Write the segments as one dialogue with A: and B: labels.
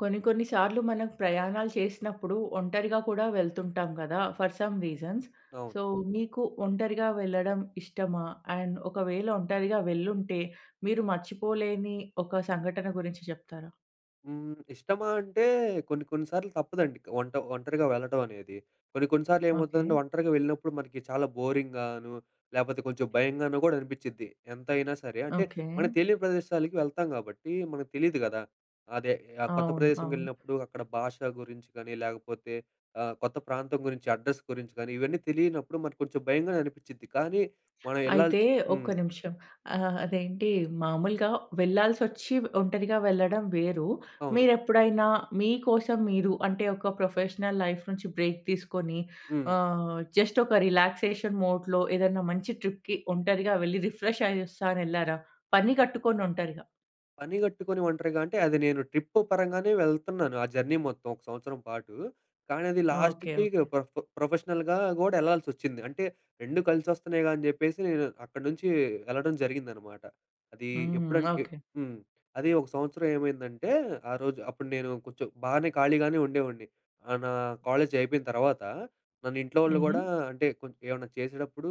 A: కొన్ని కొన్ని సార్లు మనం ప్రయాణాలు చేసినప్పుడు ఒంటరిగా కూడా వెళ్తుంటాం కదా! For some reasons.
B: అవును.
A: సో, మీకు ఒంటరిగా వెళ్ళడం ఇష్టమా? అండ్ ఒకవేళ ఒంటరిగా వెళ్ళుంటే మీరు మర్చిపోలేని ఒక సంఘటన గురించి చెప్తారా?
B: హ్మ్. ఇష్టమా అంటే కొన్ని కొన్ని సార్లు తప్పదండి. ఒంటరిగా వెళ్ళటం అనేది. కొన్ని కొన్ని సార్లు
A: ఓకే.
B: ఏమవుతుందంటే ఒంటరిగా వెళ్ళినప్పుడు మనకి చాలా బోరింగ్‌గాను, లేపోతే కొంచెం భయంగానో గూడా అనిపిచ్చిద్ది. ఎంతైనా సరే. అంటే
A: ఓకే.
B: మనకు తెలియని ప్రదేశాలకి వెళ్తాం గాబట్టి మనకు తెలీదు గదా! అదే ఆ కొత్త
A: అవును. అవును.
B: ప్రదేశంకెళ్ళినప్పుడు అక్కడ భాష గురించి కానీ, లేకపోతే కొత్త ప్రాంతం గురించి, అడ్రస్ గురించి కానీ ఇవన్నీ తెలియనప్పుడు మనకు కొంచెం భయంగానే అనిపిచ్చిద్ది. కానీ మనం ఎళ్ళాలి.
A: అయితే ఒక్క
B: హ్మ్.
A: నిమిషం. అదేంటి మామూలుగా వెళ్ళాల్సొచ్చి ఒంటరిగా వెళ్ళడం వేరు.
B: అవును.
A: మీరెప్పుడైనా మీకోసం మీరు అంటే ఒక ప్రొఫెషనల్ లైఫ్ నుంచి బ్రేక్ తీసుకొని
B: హ్మ్.
A: జస్ట్ ఒక రిలాక్సేషన్ మోడ్‌లో ఏదైనా మంచి ట్రిప్‌కి ఒంటరిగా వెళ్లి రిఫ్రెష్ అయ్యొస్తా అని ఎళ్లారా? పని కట్టుకొని ఒంటరిగా.
B: పని గట్టుకొని ఒంటరిగా అంటే అది నేను ట్రిప్ పరంగానే వెళ్తున్నాను. ఆ జర్నీ మొత్తం ఒక సంవత్సరం పాటు. కానీ అది
A: ఓకే.
B: లాస్ట్‌కి ఇక
A: ఓకే.
B: ప్రొఫెషనల్‌గా కూడా ఎళ్ళాల్సొచ్చింది. అంటే 2 కలిసొస్తున్నాయిగా అని చెప్పేసి నేను అక్కడి నుంచి వెళ్ళడం జరిగిందనమాట. అది
A: హ్మ్.
B: ఎప్పుడంటే ఎ
A: ఓకే.
B: హ్మ్. అది ఒక సంవత్సరం ఏమైందంటే ఆ రోజు అప్పుడు నేను కొంచెం బాగానే ఖాళీగానే ఉండేవాడిని. నా కాలేజ్ అయిపోయిన తర్వాత నన్ను ఇంట్లో వాళ్ళు
A: హుహు.
B: గూడా అంటే కొంచెం ఏమన్నా చేసేటప్పుడు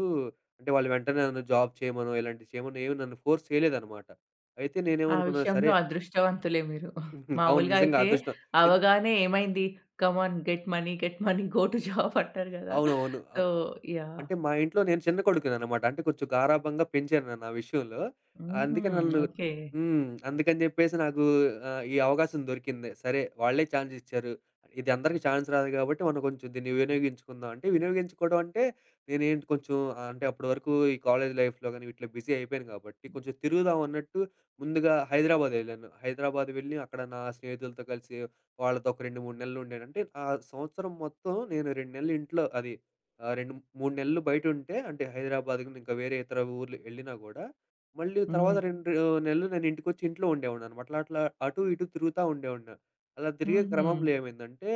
B: అంటే వాళ్ళు వెంటనే నన్ను జాబ్ చేయమనో, ఇలాంటివి చేయమనో ఏమి నన్ను ఫోర్స్ చేయలేదనమాట. అయితే
A: ఆ
B: నేనేమనుకున్నాను సరే
A: విషయంలో అదృష్టవంతులే మీరు.
B: అవును
A: మామూలుగా
B: నిజంగా
A: అయితే
B: అదృష్టం. ఎన్
A: అవ్వగానే ఏమైంది? Come on get money, get money, go to job అంటారు గదా!
B: అవునవును.
A: So, yeah!
B: అంటే మా ఇంట్లో నేను చిన్న కొడుకుననమాట. అంటే కొంచెం గారాబంగా పెంచారు నన్ను ఆ విషయంలో.
A: హుహు.
B: అందుకే నన్ను.
A: ఓకే.
B: హ్మ్. అందుకని జెప్పేసి నాకు ఈ అవకాశం దొరికింది. సరే వాళ్ళే ఛాన్స్ ఇచ్చారు. ఇది అందరికీ ఛాన్స్ రాదు గాబట్టి మనం కొంచెం దీన్ని వినియోగించుకుందాం అంటే, వినియోగించుకోవడం అంటే నేనేంటి కొంచెం అంటే అప్పటి వరకు ఈ కాలేజ్ లైఫ్‌లో గాని వీటిలో బిజీ అయిపోయాను గాబట్టి కొంచెం తిరుగుదాం అన్నట్టు ముందుగా హైదరాబాద్ ఎళ్ళాను. హైదరాబాద్ వెళ్ళి అక్కడ నా స్నేహితులతో కలిసి వాళ్ళతో ఒక 2, 3 నెలలు ఉండాను. అంటే ఆ సంవత్సరం మొత్తం నేను 2 నెలలు ఇంట్లో అది 2, 3 నెలలు బయటుంటే అంటే హైదరాబాద్‌కి ఇంకా వేరే ఇతర ఊర్లు ఎళ్ళినా గూడా, మళ్ళీ తర్వాత
A: హ్మ్.
B: 2 నెలలు నేను ఇంటికొచ్చి ఇంట్లో ఉండేవాడిననమాట. అట్లా, అట్లా అటు ఇటు తిరుగుతా ఉండేవాడిని. అలా తిరిగే
A: హుహు.
B: క్రమంలో ఏమైందంటే,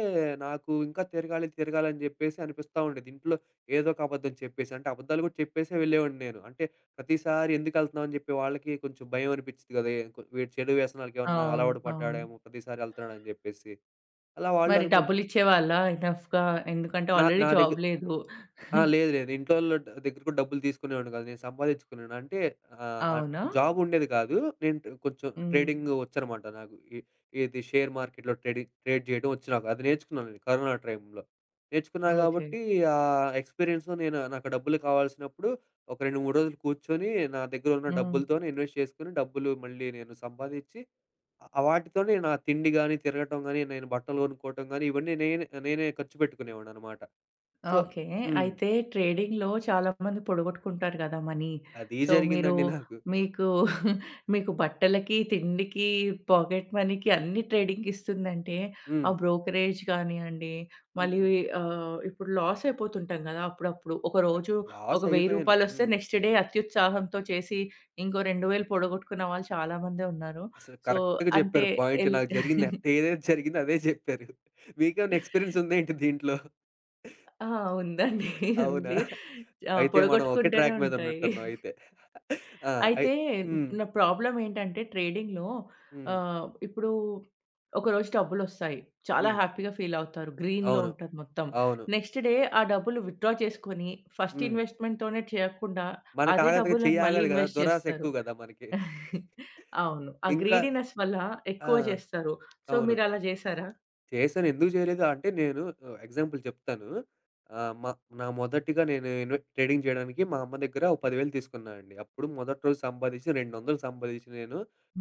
B: నాకు ఇంకా తిరగాలి, తిరగాలి అని జెప్పేసి అనిపిస్తా ఉండేది. ఇంట్లో ఏదో ఒక అబద్ధం చెప్పేసి, అంటే అబద్ధాలు గూడా చెప్పేసే వెళ్ళేవాడిని నేను. అంటే ప్రతిసారి ఎందుకెళ్తున్నాం అని జెప్పి వాళ్ళకి కొంచెం భయం అనిపిచ్చిద్ది గదా! ఎ కొ వీడు చెడు వ్యసనాలకేమన్నా
A: అవును.
B: అలవాటు
A: అవును.
B: పడ్డాడేమో ప్రతిసారి ఎళ్తున్నాడని జెప్పేసి. అలా వాళ్ళు
A: మరి
B: అనుకుం
A: డబ్బులిచ్చేవాళ్ళా ఎనఫ్‌గా? ఎందుకంటే
B: నా
A: ఆల్రెడీ
B: నా
A: జాబ్
B: దగ్గర.
A: లేదు.
B: ఆ! లేదు లేదు. ఇంట్లోళ్ళ దగ్గర కూడా డబ్బులు తీసుకునేవాడిని కాదు. నేను సంపాదించుకున్నాను. అంటే ఆహ్, ఆహ్,
A: అవునా?
B: జాబ్ ఉండేది కాదు. నేను కొంచెం
A: హ్మ్.
B: ట్రేడింగ్ వచ్చనమాట నాకు. ఇది షేర్ మార్కెట్‌లో ట్రేడ్ చేయడం వచ్చు నాకు. అది నేర్చుకున్నాను నేను కరోనా టైంలో. నేర్చుకున్నా
A: ఓకే.
B: కాబట్టి ఆ ఎక్స్‌పీరియన్స్‌తో నేను నాకు డబ్బులు కావాల్సినప్పుడు ఒక 2, 3 రోజులు కూర్చొని నా దగ్గర ఉన్న
A: హ్మ్.
B: డబ్బులతోనే ఇన్వెస్ట్ చేసుకొని డబ్బులు మళ్ళీ నేను సంపాదిచ్చి వాటితోనే నా తిండి గాని, తిరగటం గాని, నేను బట్టలు కొనుక్కోవటం గాని ఇవన్నీ నేనే నేనే ఖర్చు పెట్టుకునేవాడిననమాట. సో.
A: ఓకే.
B: హ్మ్.
A: అయితే ట్రేడింగ్‌లో చాలామంది పొడగొట్టుకుంటారు గదా! మనీ.
B: అదీ
A: సో, మీరు
B: జరిగిందండి నాకు.
A: మీకు మీకు బట్టలకి, తిండికి, పాకెట్ మనీకి అన్ని ట్రేడింగ్‌కిస్తుందంటే, ఆ
B: హ్మ్.
A: బ్రోకరేజ్ కానియండి, మళ్ళీ
B: హ్మ్.
A: ఇప్పుడు లాస్ అయిపోతుంటాం గదా! అప్పుడప్పుడు. ఒక
B: చ
A: రోజు ఒక రూ.
B: లాసయిపోయాను.
A: 1000
B: హ్మ్.
A: నెక్స్ట్ డే అత్యుత్సాహంతో చేసి ఇంకో 2000 పొడగొట్టుకున్న వాళ్ళు చాలామందే ఉన్నారు.
B: అసలు
A: సో,
B: కరెక్ట్‌గా
A: అంటే
B: జెప్పారు పాయింట్.
A: ఎల్
B: నాకు జరిగింది ఏదైతే జరిగిందో అదే జెప్పారు. మీకేమన్నా ఎక్స్‌పీరియన్స్ ఉందా ఏంటి దీంట్లో?
A: ఆ! ఉందండి.
B: అవునా?
A: ఉంది. ఆ!
B: అయితే మనం ఒకే
A: పొడగొట్టుకుంటూనే
B: ట్రాక్ మీద
A: ఉంటాయి.
B: ఉన్నట్టున్నాం అయితే. ఆ! అయి
A: అయితే
B: హ్మ్.
A: నా ప్రాబ్లమ్ ఏంటంటే ట్రేడింగ్‌లో
B: హ్మ్.
A: ఇప్పుడు ఒకరోజు డబ్బులొస్తాయి. చాలా
B: హ్మ్.
A: హ్యాపీగా ఫీల్ అవుతారు. గ్రీన్‌లో
B: అవును.
A: ఉంటది మొత్తం.
B: అవును.
A: నెక్స్ట్ డే ఆ డబ్బులు విత్‌డ్రా చేసుకొని ఫస్ట్
B: హ్మ్.
A: ఇన్వెస్ట్‌మెంట్‌తోనే చేయకుండా
B: మనకు
A: అదే
B: ఆగదుగా చెయ్యి
A: డబ్బులను మళ్ళీ
B: ఆగదు గదా!
A: ఇన్వెస్ట్
B: దురాశ
A: చేస్తారు.
B: ఎక్కువ గదా! మనకి.
A: అవును. ఆ
B: ఇంకా.
A: గ్రీడీనెస్ వల్ల
B: ఆ!
A: ఎక్కువ చేస్తారు. సో,
B: అవును.
A: మీరలా చేసారా?
B: చేశాను. ఎందుకు చేయలేదు అంటే నేను ఎగ్జాంపుల్ చెప్తాను. ఆహ్, మా నా మొదటిగా నేను ట్రేడింగ్ చేయడానికి మా అమ్మ దగ్గర ఒక 10,000 తీసుకున్నా అండి. అప్పుడు మొదటి రోజు సంపాదించి 200 సంపాదించి నేను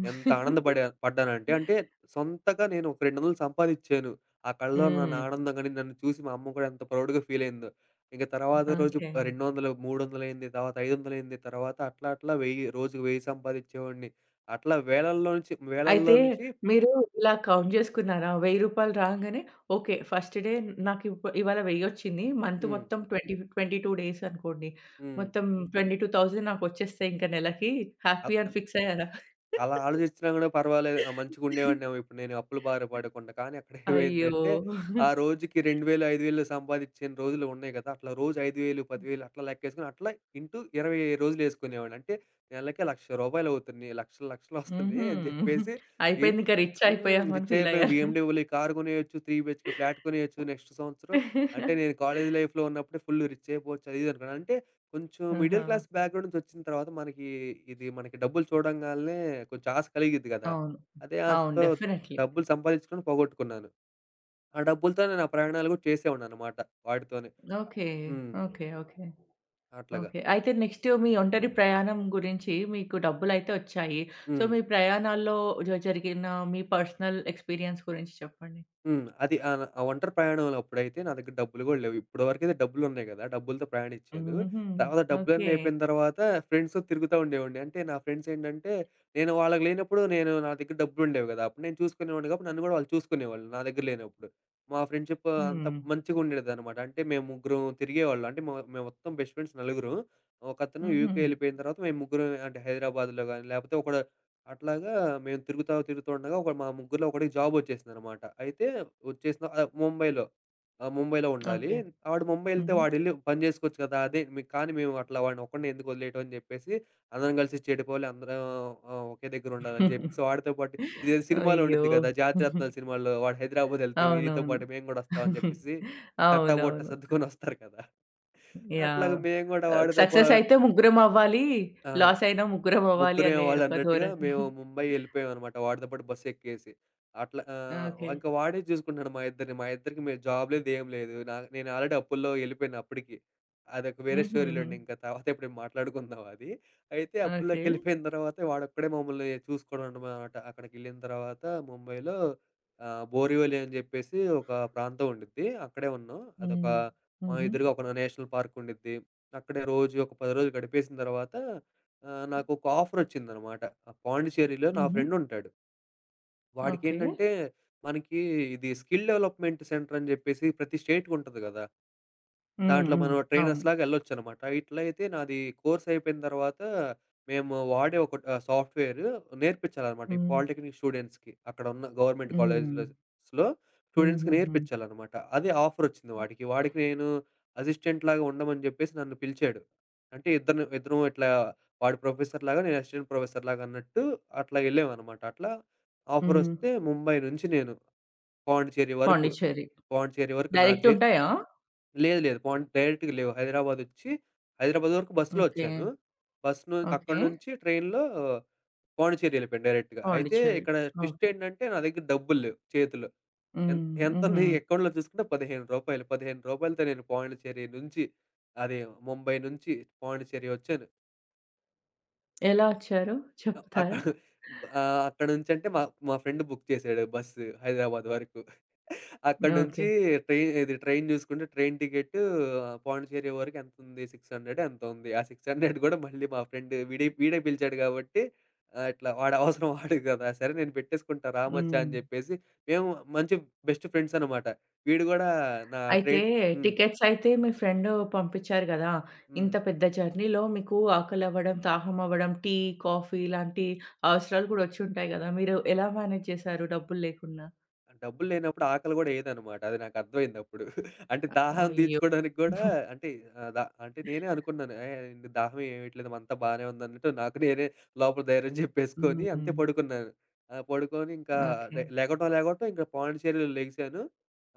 B: ఎంత పడ్డానంటే, అంటే సొంతగా నేను ఒక 200 సంపాదించాను. ఆ కళ్ళలో నా
A: హ్మ్.
B: ఆనందం గాని, నన్ను చూసి మా అమ్మ కూడా ఎంత ప్రౌడ్‌గా ఫీల్ అయిందో. ఇంక తర్వాత రోజు
A: ఓకే.
B: 200, 300 అయింది. తర్వాత 500 అయింది. తర్వాత అట్లా అట్లా 1000 రోజుకి 1000 సంపాదించేవాడిని. అట్లా వేలల్లో నుంచి వేలల్లో
A: అయితే
B: నుంచి.
A: మీరు ఇలా కౌంట్ జేసుకున్నారా? రూ. 1000 రాంగానే ఓకే. ఫస్ట్ డే నాకు ఇవాళ వెయ్యొచ్చింది. మంత్
B: హ్మ్.
A: మొత్తం 20, 22 డేస్ అనుకోండి.
B: హ్మ్.
A: మొత్తం 22,000 నాకొచ్చేస్తాయి ఇంక నెలకి హ్యాపీ
B: అప్
A: అని ఫిక్స్ అయ్యారా?
B: అలా ఆలోచించినా గూడా పర్వాలేదు. మంచిగుండేవాడినేమో ఇప్పుడు నేను అప్పుల బారి పడకుండా. కానీ
A: అయ్యో!
B: అక్కడేమైందంటే ఆ రోజుకి 2000, 5000 సంపాదించిన రోజులు ఉన్నాయి గదా! అట్లా రోజు 5000, 10,000 అట్లా లెక్కేసుకొని అట్లా ఇంటూ 20 రోజులేసుకునేవాడిని. అంటే నెలకి రూ. 1,00,000 లక్షలు లక్షలొస్తున్నాయి
A: హుహు.
B: అని జెప్పేసి. ఏం
A: అయిపోయింది ఇంక రిచ్
B: హ్మ్.
A: అయిపోయాం అని
B: రిచ్
A: ఫీల్
B: అయిపోయాం.
A: అయ్యారా?
B: బీఎండబ్ల్యూ కార్ కొనేయొచ్చు. 3 బీహెచ్‌కే ఫ్లాట్ కొనేయొచ్చు నెక్స్ట్ సంవత్సరం. అంటే నేను కాలేజ్ లైఫ్‌లో ఉన్నప్పుడే ఫుల్ రిచ్ అయిపోవచ్చు అది ఇది అనుకున్నాను. అంటే కొంచెం మిడిల్
A: ఆహా!
B: క్లాస్ బ్యాక్‌గ్రౌండ్ నుంచొచ్చిన తర్వాత మనకి ఇది మనకి డబ్బులు చూడంగాల్నే కొంచెం ఆశ కలిగిద్ది గదా!
A: అవును.
B: అదే
A: అవును.
B: ఆశతో
A: డెఫినైట్‌లీ.
B: డబ్బులు సంపాదించుకొని పోగొట్టుకున్నాను. ఆ డబ్బులతో నేను ఆ ప్రయాణాలు గూడా చేసేవాడిననమాట వాటితోనే.
A: ఓకే.
B: హ్మ్.
A: ఓకే. ఓకే.
B: అట్లాగా.
A: ఓకే. అయితే నెక్స్ట్ మీ ఒంటరి ప్రయాణం గురించి మీకు డబ్బులైతే వచ్చాయి. సో,
B: హ్మ్.
A: మీ ప్రయాణాల్లో జరిగిన మీ పర్సనల్ ఎక్స్‌పీరియన్స్ గురించి చెప్పండి?
B: హ్మ్. అది ఆ ఒంటరి ప్రయాణంలో అప్పుడైతే నా దగ్గర డబ్బులు గూడా లేవు. ఇప్పటివరకైతే డబ్బులున్నాయి గదా! డబ్బులతో ప్రయాణించాను.
A: హుహు.
B: తర్వాత డబ్బులన్నీ
A: ఓకే.
B: అయిపోయిన తర్వాత ఫ్రెండ్స్‌తో తిరుగుతా ఉండేవాడిని. అంటే నా ఫ్రెండ్స్ ఏంటంటే, నేను వాళ్ళకి లేనప్పుడు నేను నా దగ్గర డబ్బులుండేవి గదా! అప్పుడు నేను చూసుకునేవాడిని కాబట్టి నన్ను గూడా వాళ్ళు చూసుకునేవాళ్ళు నా దగ్గర లేనప్పుడు. మా ఫ్రెండ్‌షిప్ అంత
A: హ్మ్.
B: మంచిగుండేదనమాట. అంటే మేము ముగ్గురం తిరిగేవాళ్ళం. అంటే మేము మొత్తం బెస్ట్ ఫ్రెండ్స్ నలుగురం. ఒకతను
A: హుహు.
B: యూకే ఎళ్ళిపోయిన తర్వాత మేము ముగ్గురం అంటే హైదరాబాద్‌లో గాని, లేపోతే ఒకడు అట్లాగా మేము తిరుగుతూ ఉండగా ఒక మా ముగ్గురులో ఒకడికి జాబ్ వచ్చేసిందనమాట. అయితే వచ్చేసిన ముంబైలో. ముంబైలో ఉండాలి.
A: ఓకే.
B: ఆడు ముంబై ఎళ్తే
A: హుహు.
B: వాడెళ్ళి పని జేసుకోవచ్చు కదా! అదే మీ కానీ మేము అట్లా వాడిని ఒక్కడినే ఎందుకు వదిలేయటం అని జెప్పేసి అందరం కలిసి చెడిపోవాలి. అందరం ఒకే దగ్గర ఉండాలని జెప్పేసి వాడితో పాటు ఇదేదో సినిమాలో
A: అయ్యో!
B: ఉండిద్ది గదా! 'జాతిరత్నాలు' సినిమాలో వాడు హైదరాబాద్ ఎళ్తే వీడితో
A: అవునవును.
B: పాటు మేము గూడా వస్తాం అని జెప్పేసి, తట్టా బుట్ట
A: అవునవును.
B: సర్దుకొని వస్తారు కదా! అట్లాగా
A: యాహ్!
B: మేము గూడా వాడితో పా
A: సక్సెస్ అయితే ముగ్గురం అవ్వాలి.
B: ఆ!
A: లాస్ అయినా ముగ్గురం అవ్వాలి
B: ముగ్గురే
A: అనే ఒక
B: వాళ్ళన్నట్టుగా
A: ధోరణి.
B: మేము ముంబై ఎళ్ళిపోయామనమాట. వాడితో పాటు బస్సెక్కేసి. అట్లా
A: ఓకే.
B: ఇంక వాడే చూసుకుంటున్నాడు మా ఇద్దరిని. మా ఇద్దరికి జాబ్ లేదు, ఏం లేదు. నేను ఆల్రెడీ అప్పుల్లో ఎళ్ళిపోయాను అప్పటికి. అదొక వేరే
A: హుహుహు.
B: స్టోరీలెండి. ఇంక తర్వాత ఎప్పుడైనా మాట్లాడుకుందాం అది. అయితే
A: ఓకే.
B: అప్పుల్లోకెళ్ళిపోయిన తర్వాత వాడొక్కడే మమ్మల్ని చూసుకోవడం అనమాట. అక్కడికెళ్ళిన తర్వాత ముంబైలో బోరివలి అని జెప్పేసి ఒక ప్రాంతం ఉండిద్ది. అక్కడే ఉన్నాం. అదొక
A: హ్మ్.
B: మా
A: హుహు.
B: ఎదురుగా ఒక నేషనల్ పార్క్ ఉండిద్ది. అక్కడే రోజు ఒక 10 రోజులు గడిపేసిన తర్వాత నాకొక ఆఫరొచ్చిందనమాట. పాండిచ్చేరిలో నా
A: హుహు.
B: ఫ్రెండుంటాడు.
A: ఓకే.
B: వాడికేంటంటే, మనకి ఇది స్కిల్ డెవలప్‌మెంట్ సెంటర్ అని జెప్పేసి ప్రతి స్టేట్‌కుంటది గదా!
A: హ్మ్.
B: దాంట్లో
A: హ్మ్.
B: మనం
A: అవును.
B: ట్రైనర్స్‌లాగా ఎళ్ళొచ్చనమాట. ఇట్లయితే నాది కోర్స్ అయిపోయిన తర్వాత, మేము వాడే ఒక సాఫ్ట్‌వేర్ నేర్పించాలనమాట. ఈ
A: హ్మ్.
B: పాలిటెక్నిక్ స్టూడెంట్స్‌కి అక్కడున్న గవర్నమెంట్
A: హ్మ్.
B: కాలేజ్‌లస్‌లో స్టూడెంట్స్‌కి
A: హుహుహు.
B: నేర్పించాలనమాట. అదే ఆఫరొచ్చింది వాడికి. వాడికి నేను అసిస్టెంట్‌లాగా ఉండమని జెప్పేసి నన్ను పిలిచాడు. అంటే ఇద్దరిని ఇద్దరం ఇట్లా వాడు ప్రొఫెసర్‌లాగా, నేను అసిస్టెంట్ ప్రొఫెసర్‌లాగా అన్నట్టు అట్లా ఎళ్ళామనమాట. అట్లా
A: హ్మ్.
B: ఆఫరొస్తే ముంబై నుంచి నేను పాండిచ్చేరి వరకు,
A: పాండిచ్చేరి.
B: పాండిచ్చేరి వరకు నా
A: డైరెక్ట్ ఉంటాయా?
B: లేదు లేదు. డైరెక్ట్‌గా లేవు. హైదరాబాదొచ్చి, హైదరాబాద్ వరకు బస్సులో
A: ఓకే.
B: వచ్చాను. బస్ ను
A: ఓకే.
B: అక్కడి నుంచి ట్రైన్‌లో పాండిచ్చేరి వెళ్ళిపోయాను డైరెక్ట్‌గా. అయితే
A: పాండిచ్చేరి.
B: ఇక్కడ ట్విస్ట్
A: ఓకే.
B: ఏంటంటే నా దగ్గర డబ్బులు లేవు చేతిలో. ఎన్
A: హ్మ్. హుహు.
B: ఎంతుంది అకౌంట్‌లో చూసుకుంటే రూ. 15. రూ. 15తో నేను పాండిచ్చేరి నుంచి అదే ముంబై నుంచి పాండిచ్చేరి వచ్చాను.
A: ఎలా వచ్చారు?
B: అక్కడ
A: చెప్తారా?
B: అక్కడి నుంచి అంటే మా మా ఫ్రెండ్ బుక్ చేసాడు బస్సు హైదరాబాద్ వరకు. అక్కడి
A: ఓకే.
B: నుంచి ట్రైన్ చూసుకుంటే ట్రైన్ టికెట్ పాండిచ్చేరి వరకు ఎంత ఉంది? 600 ఎంతో ఉంది. ఆ 600 కూడా మళ్ళీ మా ఫ్రెండ్ వీడే వీడే పిలిచాడు కాబట్టి ఇట్లా వాడి అవసరం వాడిది కదా! సరే నేను పెట్టేసుకుంటా రా మచ్చా
A: హ్మ్.
B: అని చెప్పేసి, మేము మంచి బెస్ట్ ఫ్రెండ్స్ అనమాట. వీడు కూడా నా
A: అయితే
B: ట్రేడ్. హ్మ్.
A: టికెట్స్ అయితే మీ ఫ్రెండ్ పంపించారు గదా! ఇంత
B: హ్మ్.
A: పెద్ద జర్నీలో మీకు ఆకలవ్వడం, దాహం అవ్వడం, టీ, కాఫీ ఇలాంటి అవసరాలు కూడా వచ్చుంటాయి గదా! మీరు ఎలా మేనేజ్ చేశారు డబ్బులు లేకున్నా?
B: డబ్బులు లేనప్పుడు ఆకలి గూడా ఎయదనమాట. అది నాకర్థమైందప్పుడు. అంటే దాహం
A: అయ్యో!
B: తీర్చుకోవడానికి గూడా అంటే ఆహ్, ద అంటే నేనే అనుకున్నాను. ఏహ్! దాహం ఏయట్లేదు అంతా బానే ఉందన్నట్టు నాకు నేనే లోపల ధైర్యం చెప్పేసుకొని
A: హ్మ్.
B: అంతే పడుకున్నాను. పడుకొని ఇంకా
A: ఓకే.
B: లెగవటం లెగవటం ఇంకా పాండిచ్చేరిలో లెగిసాను.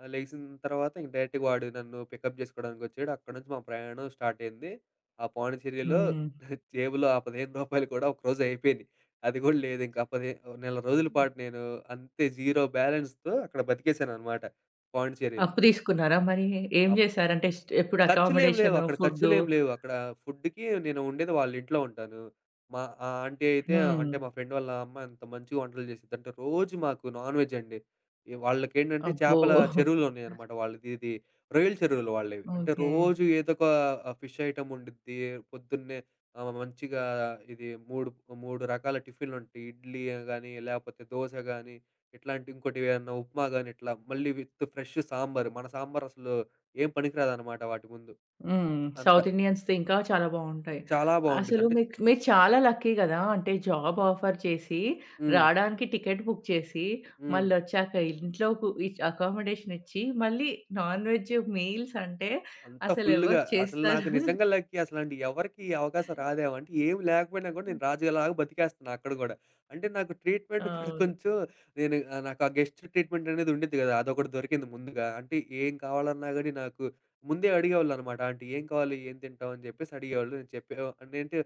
B: లెగిసిన తర్వాత ఇంక డైరెక్ట్‌గా వాడు నన్ను పికప్ జేసుకోవడానికొచ్చాడు. అక్కడి నుంచి మా ప్రయాణం స్టార్ట్ అయింది. ఆ పాండిచ్చేరిలో
A: హ్మ్.
B: జేబులో ఆ రూ. 15 కూడా ఒకరోజు అయిపోయినాయి. అది గూడా లేదింక. పది ఓ నెల రోజుల పాటు నేను అంతే జీరో బ్యాలెన్స్‌తో అక్కడ బతికేసాననమాట పాండిచ్చేరిలో.
A: అప్పు తీసుకున్నారా మరి? ఏం
B: అప్
A: చేశారంటే ఎప్పుడు
B: ఖర్చులేమి లేవు.
A: అకామిడేషను,
B: అక్కడ
A: ఫుడ్డు
B: ఖర్చులేమి లేవు. అక్కడ ఫుడ్‌కి నేను ఉండేది వాళ్ళ ఇంట్లో ఉంటాను. మా ఆ ఆంటీ అయితే
A: హ్మ్.
B: అంటే మా ఫ్రెండ్ వాళ్ళ అమ్మ ఎంత మంచిగా వంటలు చేసిద్దంటే రోజు మాకు నాన్ వెజ్ అండి. ఈ వాళ్ళకేంటంటే
A: అబ్బో!
B: చేపల చెరువులు ఉన్నాయన్నమాట. వాళ్ళది ఇది రొయ్యల చెరువులు వాళ్ళవి. అంటే
A: ఓకే.
B: రోజు ఏదో ఒక ఫిష్ ఐటెమ్ ఉండిద్ది. పొద్దున్నే మంచిగా ఇది 3 రకాల టిఫిన్‌లుంటాయి. ఇడ్లీ గాని, లేపోతే దోస గాని, ఇట్లాంటి ఇంకోటి ఏదన్నా ఉప్మా గాని ఇట్లా మళ్ళీ విత్ ఫ్రెష్ సాంబారు. మన సాంబారసలు ఏం పనికిరాదనమాట వాటి ముందు.
A: హ్మ్.
B: అంత.
A: సౌత్ ఇండియన్స్‌ది ఇంకా చాలా బావుంటాయి.
B: చాలా బావుండిద్ది.
A: అసలు
B: అంటే.
A: మీకు మీరు చాలా లక్కీ గదా! అంటే జాబ్ ఆఫర్ చేసి,
B: హ్మ్.
A: రాడానికి టికెట్ బుక్ చేసి,
B: హ్మ్.
A: మళ్ళొచ్చాక ఇంట్లో కు ఇచ్ అకామిడేషన్ ఇచ్చి, మళ్ళీ నాన్ వెజ్ మీల్స్ అంటే
B: అంతా ఫుల్‌గా.
A: అసలెవరు
B: అసలు
A: చేస్తారు?
B: నాకు నిజంగా లక్కీ అసలాంటి ఎవరికీ ఈ అవకాశం రాదేమో. అంటే ఏమి లేకపోయినా గూడా నేను రాజులాగా బతికేస్తున్నా అక్కడ గూడా. అంటే నాకు ట్రీట్‌మెంట్ కూడా
A: అవును.
B: కొంచెం నేను నాకు ఆ గెస్ట్ ట్రీట్‌మెంట్ అనేది ఉండిద్ది గదా! అదొకటి దొరికింది ముందుగా. అంటే ఏం కావాలన్నా గాని నాకు ముందే అడిగేవాళ్ళనమాట. ఆంటీ ఏం కావాలి? ఏం తింటావు? అని జెప్పేసి అడిగేవాళ్ళు. నేను చెప్పే నేనంటే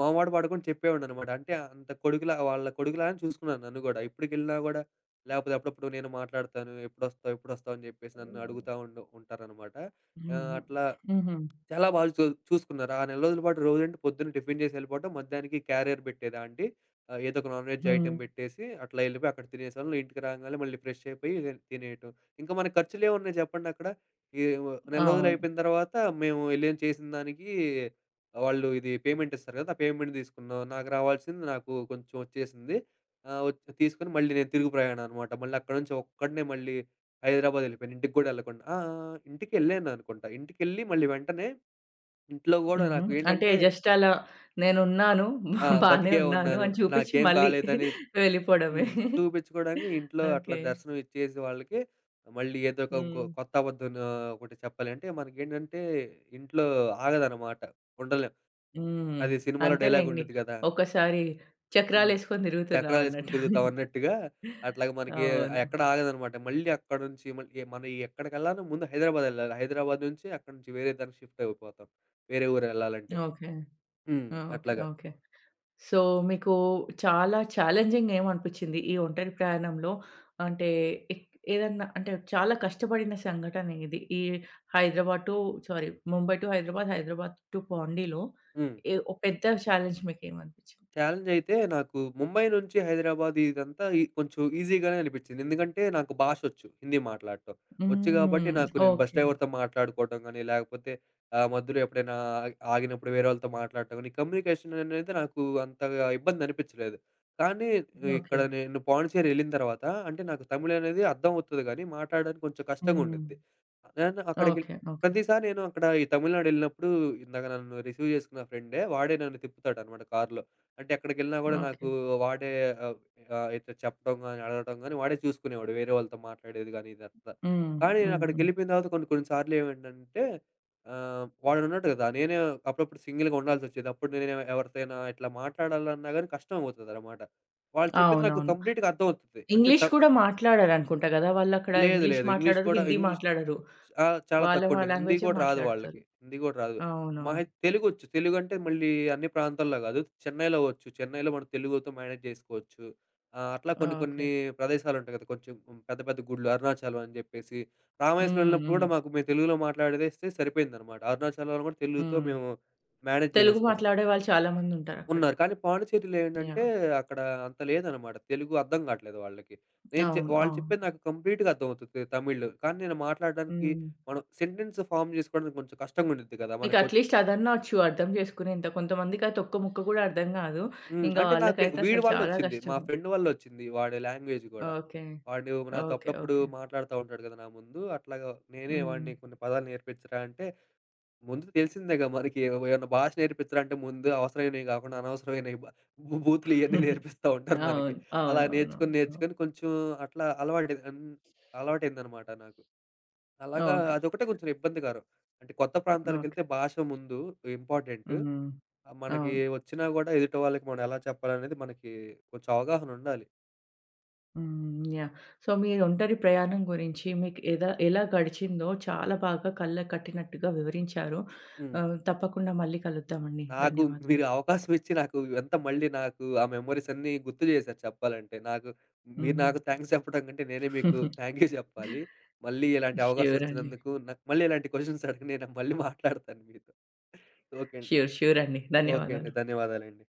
B: మొహమాట పడకుండా చెప్పేవాడిననమాట. అంటే అంత కొడుకులా వాళ్ళ కొడుకులానే చూసుకున్నాను నన్ను గూడా. ఎప్పటికెళ్ళినా గూడా లేపోతే అప్పుడప్పుడు నేను మాట్లాడతాను. ఎప్పుడొస్తావు? ఎప్పుడొస్తావు? అని జెప్పేసి నన్ను
A: హ్మ్.
B: అడుగుతా ఉంటారనమాట. ఆ!
A: హుహు.
B: అట్లా
A: హుహు.
B: చాలా బాగా చూసుకున్నారు. ఆ నెల రోజుల పాటు రోజంటే పొద్దున్న టిఫిన్ చేసి ఎళ్ళిపోవటం. మధ్యాహ్నానికి క్యారియర్ పెట్టేదా ఆంటీ? ఏదో ఒక నాన్ వెజ్
A: హ్మ్.
B: ఐటెమ్ పెట్టేసి అట్లా ఎళ్ళిపోయి అక్కడ తినేసేవాళ్ళు. ఇంటికి రాంగానే మళ్ళీ ఫ్రెష్ అయిపోయి తినేయటం. ఇంకా మన ఖర్చులేమున్నాయి చెప్పండక్కడ? ఈ నెల రోజులు
A: అవును.
B: అయిపోయిన తర్వాత మేము ఎళ్ళేం చేసిన దానికి వాళ్ళు ఇది పేమెంట్ ఇస్తారు కదా! ఆ పేమెంట్ తీసుకున్నాం. నాకు రావాల్సింది నాకు కొంచెం వచ్చేసింది. ఆహ్, వచ్ తీసుకొని మళ్ళీ నేను తిరుగు ప్రయాణం అనమాట. మళ్ళీ అక్కడి నుంచి ఒక్కడినే మళ్ళీ హైదరాబాద్ ఎళ్ళిపోయాను. ఇంటికి కూడా ఎళ్ళకుండా. ఆ! ఆ! ఇంటికెళ్ళాననుకుంటా. ఇంటికెళ్ళి మళ్ళీ వెంటనే ఇంట్లో గూడా
A: హుహు. అంటే
B: నాకేంటంటే
A: జస్ట్ అలా నేనున్నాను, బానే
B: బతికే
A: ఉన్నాను
B: ఉన్నాను.
A: అని చూపించి
B: నాకేం
A: మళ్ళీ
B: కాలేదని.
A: వెళ్ళిపోవడమే.
B: హ్మ్. చూపించుకోవడానికి ఇంట్లో అట్లా
A: ఓకే.
B: దర్శనం ఇచ్చేసి వాళ్ళకి మళ్ళీ ఏదో ఒక ఇంకో
A: హ్మ్.
B: కొత్త అబద్ధం ఒకటి చెప్పాలంటే మనకేంటంటే ఇంట్లో ఆగదనమాట. ఉండలేం.
A: హ్మ్.
B: అది సినిమాలో డైలాగ్
A: అంతేలెండి.
B: ఉండిద్ది గదా!
A: ఒక్కసారి
B: హ్మ్.
A: చక్రాలేసుకొని
B: చక్రాలేసుకొని
A: తిరుగుతున్నామన్నట్టు.
B: తిరుగుతాం అన్నట్టుగా అట్లాగా మనకి
A: అవును.
B: ఎక్కడ ఆగదనమాట. మళ్ళీ అక్కడ నుంచి మళ్ళీ మనం ఎక్కడికెళ్ళాలన్నా ముందు హైదరాబాద్ ఎళ్ళాలి. హైదరాబాద్ నుంచి అక్కడి నుంచి వేరే దానికి షిఫ్ట్ అయిపోతాం. వేరే ఊరు ఎళ్ళాలంటే.
A: ఓకే.
B: హ్మ్.
A: ఆ! ఓకే.
B: అట్లాగా.
A: ఓకే. సో, మీకు చాలా ఛాలెంజింగ్ ఏమనిపించింది ఈ ఒంటరి ప్రయాణంలో? అంటే ఎక్ ఏదన్నా అంటే చాలా కష్టపడిన సంఘటన ఏది? ఈ Hyderabad to sorry, Mumbai to Hyderabad, Hyderabad to పాండిలో
B: హ్మ్.
A: ఏ ఓ పెద్ద ఛాలెంజ్ మీకేమనిపించింది?
B: ఛాలెంజ్ అయితే నాకు ముంబై నుంచి హైదరాబాద్ ఇదంతా ఈ కొంచెం ఈజీగానే అనిపించింది. ఎందుకంటే నాకు భాషొచ్చు హిందీ మాట్లాడటం. వచ్చు కాబట్టి
A: హ్మ్.
B: నాకు నేను బస్
A: ఓకే.
B: డ్రైవర్‌తో మాట్లాడుకోవటం గానీ, లేకపోతే మధ్యలో ఎప్పుడైనా ఆగినప్పుడు వేరే వాళ్ళతో మాట్లాడటం గానీ, కమ్యూనికేషన్ అనేది నాకు అంతగా ఇబ్బంది అనిపించలేదు. కానీ ఇక్కడ
A: ఓకే.
B: నేను పాండిచ్చేరి ఎళ్ళిన తర్వాత అంటే నాకు తమిళ్ అనేది అర్థం అవుతది గానీ, మాట్లాడడానికి కొంచెం కష్టంగా
A: హ్మ్.
B: ఉండిద్ది. నేను అక్కడికి
A: ఓకే. ఓకే.
B: ప్రతిసారి నేను అక్కడ ఈ తమిళనాడు ఎళ్ళినప్పుడు ఇందాక నన్ను రిసీవ్ చేసుకున్న ఫ్రెండే వాడే నన్ను తిప్పుతాడనమాట కార్‌లో. అంటే ఎక్కడికెళ్ళినా గూడా
A: ఓకే.
B: నాకు వాడే ఆహ్, ఆహ్, అయితే చెప్పడం గాని, అడగడం గాని వాడే చూసుకునేవాడు. వేరే వాళ్ళతో మాట్లాడేది గాని ఇదంతా.
A: హ్మ్.
B: కానీ
A: హ్మ్. హ్మ్.
B: నేనక్కడికెళ్ళిపోయిన తర్వాత కొన్ని కొన్ని సార్లు ఏమైందంటే వాడున్నాడు గదా! నేనే అప్పుడప్పుడు సింగిల్‌గా ఉండాల్సొచ్చేది. అప్పుడు నేను ఎవరితోనైనా ఇట్లా మాట్లాడాలన్నా గాని కష్టమవుతదనమాట. వాళ్ళు చెప్పేది నాకు
A: అవునవును.
B: కంప్లీట్‌గా అర్థమవుతది. అంటే
A: ఇంగ్లీష్ కూడా మాట్లాడరనుకుంటా గదా! వాళ్ళక్కడ
B: లేదు.
A: ఇంగ్లీష్
B: లేదు. ఇంగ్లీష్
A: మాట్లాడరు,
B: కూడా
A: హిందీ మాట్లాడరు.
B: ఆ! చాలా
A: వాళ్ళ మా
B: తక్కువండి. హిందీ
A: లాంగ్వేజే
B: కూడా రాదు
A: మాట్లాడతారు.
B: వాళ్ళకి. హిందీ కూడా రాదు.
A: అవునవును.
B: మహా అయితే తెలుగొచ్చు. తెలుగంటే మళ్ళీ అన్ని ప్రాంతాల్లో కాదు. చెన్నైలో వచ్చు. చెన్నైలో మనం తెలుగుతో మేనేజ్ చేసుకోవచ్చు. అట్లా కొన్ని
A: ఓకే.
B: కొన్ని ప్రదేశాలుంటాయి కదా! కొంచెం పెద్ద పెద్ద గుడులు అరుణాచలం అని చెప్పేసి. రామేశ్వరం
A: హ్మ్.
B: వెళ్ళినప్పుడు
A: హ్మ్.
B: కూడా మాకు మేము తెలుగులో మాట్లాడేస్తే సరిపోయిందనమాట. అరుణాచలంలో కూడా తెలుగుతో
A: హ్మ్.
B: మేము మేనేజ్
A: తెలుగు
B: చేసేసుకున్నాం.
A: మాట్లాడే వాళ్ళు చాలా మందుంటారక్కడ.
B: ఉన్నారు. కానీ పాండిచ్చేరిలో ఏంటంటే,
A: యాహ్!
B: అక్కడ అంత లేదనమాట. తెలుగు అర్థం కాట్లేదు వాళ్ళకి. నేను
A: అవును.
B: వాళ్ళు
A: అవును.
B: చెప్పేది నాకు కంప్లీట్‌గా అర్థమవుతుంది తమిళ్. కానీ నేను మాట్లాడడానికి
A: హ్మ్.
B: మనం సెంటెన్స్ ఫార్మ్ చేసుకోవడానికి కొంచెం కష్టంగా ఉండిద్ది కదా!
A: మీకు
B: మనకు
A: అట్‌లీస్ట్ అదన్నా వచ్చు అర్థం చేసుకునేంత. కొంతమందికయితే ఒక్క ముక్క గూడా అర్థం గాదు.
B: హ్మ్.
A: ఇంక
B: అంటే నాకు
A: వాళ్ళకైతే
B: వీడి
A: అసలు చాలా
B: వల్లొచ్చింది. మా
A: కష్టము.
B: ఫ్రెండ్ వల్లొచ్చింది. వాడి లాంగ్వేజ్ గూడా.
A: ఓకే.
B: వాడు నాతో
A: ఓకే.
B: అప్పుడప్పుడు
A: ఓకే.
B: మాట్లాడుతా ఉంటాడు కదా! నా ముందు. అట్లాగా నేనే
A: హ్మ్.
B: వాడిని కొన్ని పదాలు నేర్పించరా అంటే ముందు తెలిసిందేగా మనకి ఏమన్నా భాష నేర్పించాలంటే ముందు అవసరమైనవి కాకుండా అనవసరమైనవి బ భూ బూతులు ఇయన్నీ నేర్పిస్తా ఉంటారు మనకి.
A: అవును.
B: అలా
A: అవునవునవును.
B: నేర్చుకొని,
A: అవును.
B: నేర్చుకొని కొంచెం అట్లా అలవాటు అన్ అలవాటయిందనమాట నాకు. అలాగా
A: ఓకే.
B: అదొకటే కొంచెం ఇబ్బందికరం. అంటే కొత్త ప్రాంతాలకెళ్తే
A: ఓకే.
B: భాష ముందు ఇంపార్టెంట్.
A: హ్మ్.
B: మనకి
A: అవును.
B: వచ్చినా గూడా ఎదుటి వాళ్ళకి మనం ఎలా చెప్పాలనేది మనకి కొంచెం అవగాహనుండాలి.
A: హ్మ్. యాహ్! సో, మీ ఒంటరి ప్రయాణం గురించి మీకు ఎలా గడిచిందో చాలా బాగా కళ్ళకు కట్టినట్టుగా వివరించారు.
B: హ్మ్.
A: ఆహ్, తప్పకుండా మళ్ళీ కలుద్దామండి.
B: నాకు
A: ధన్యవాదాలు.
B: మీరు అవకాశం ఇచ్చి నాకు ఇవంతా మళ్ళీ నాకు ఆ మెమోరీస్ అన్నీ గుర్తు చేశారు చెప్పాలంటే. నాకు మీరు
A: హ్మ్.
B: నాకు థాంక్స్ చెప్పడం కంటే నేనే మీకు థాంక్ యూ చెప్పాలి. మళ్ళీ ఇలాంటి అవకాశం
A: ష్యూర్ అండి.
B: వచ్చినందుకు నాకు మళ్ళీ ఇలాంటి క్వెషన్స్ అడగండి. నేను మళ్ళీ మాట్లాడతాను మీతో. ఓకే అండి.
A: ష్యూర్, ష్యూర్ అండి.
B: ఓకే అండి.
A: ధన్యవాదాలు.
B: ధన్యవాదాలండి.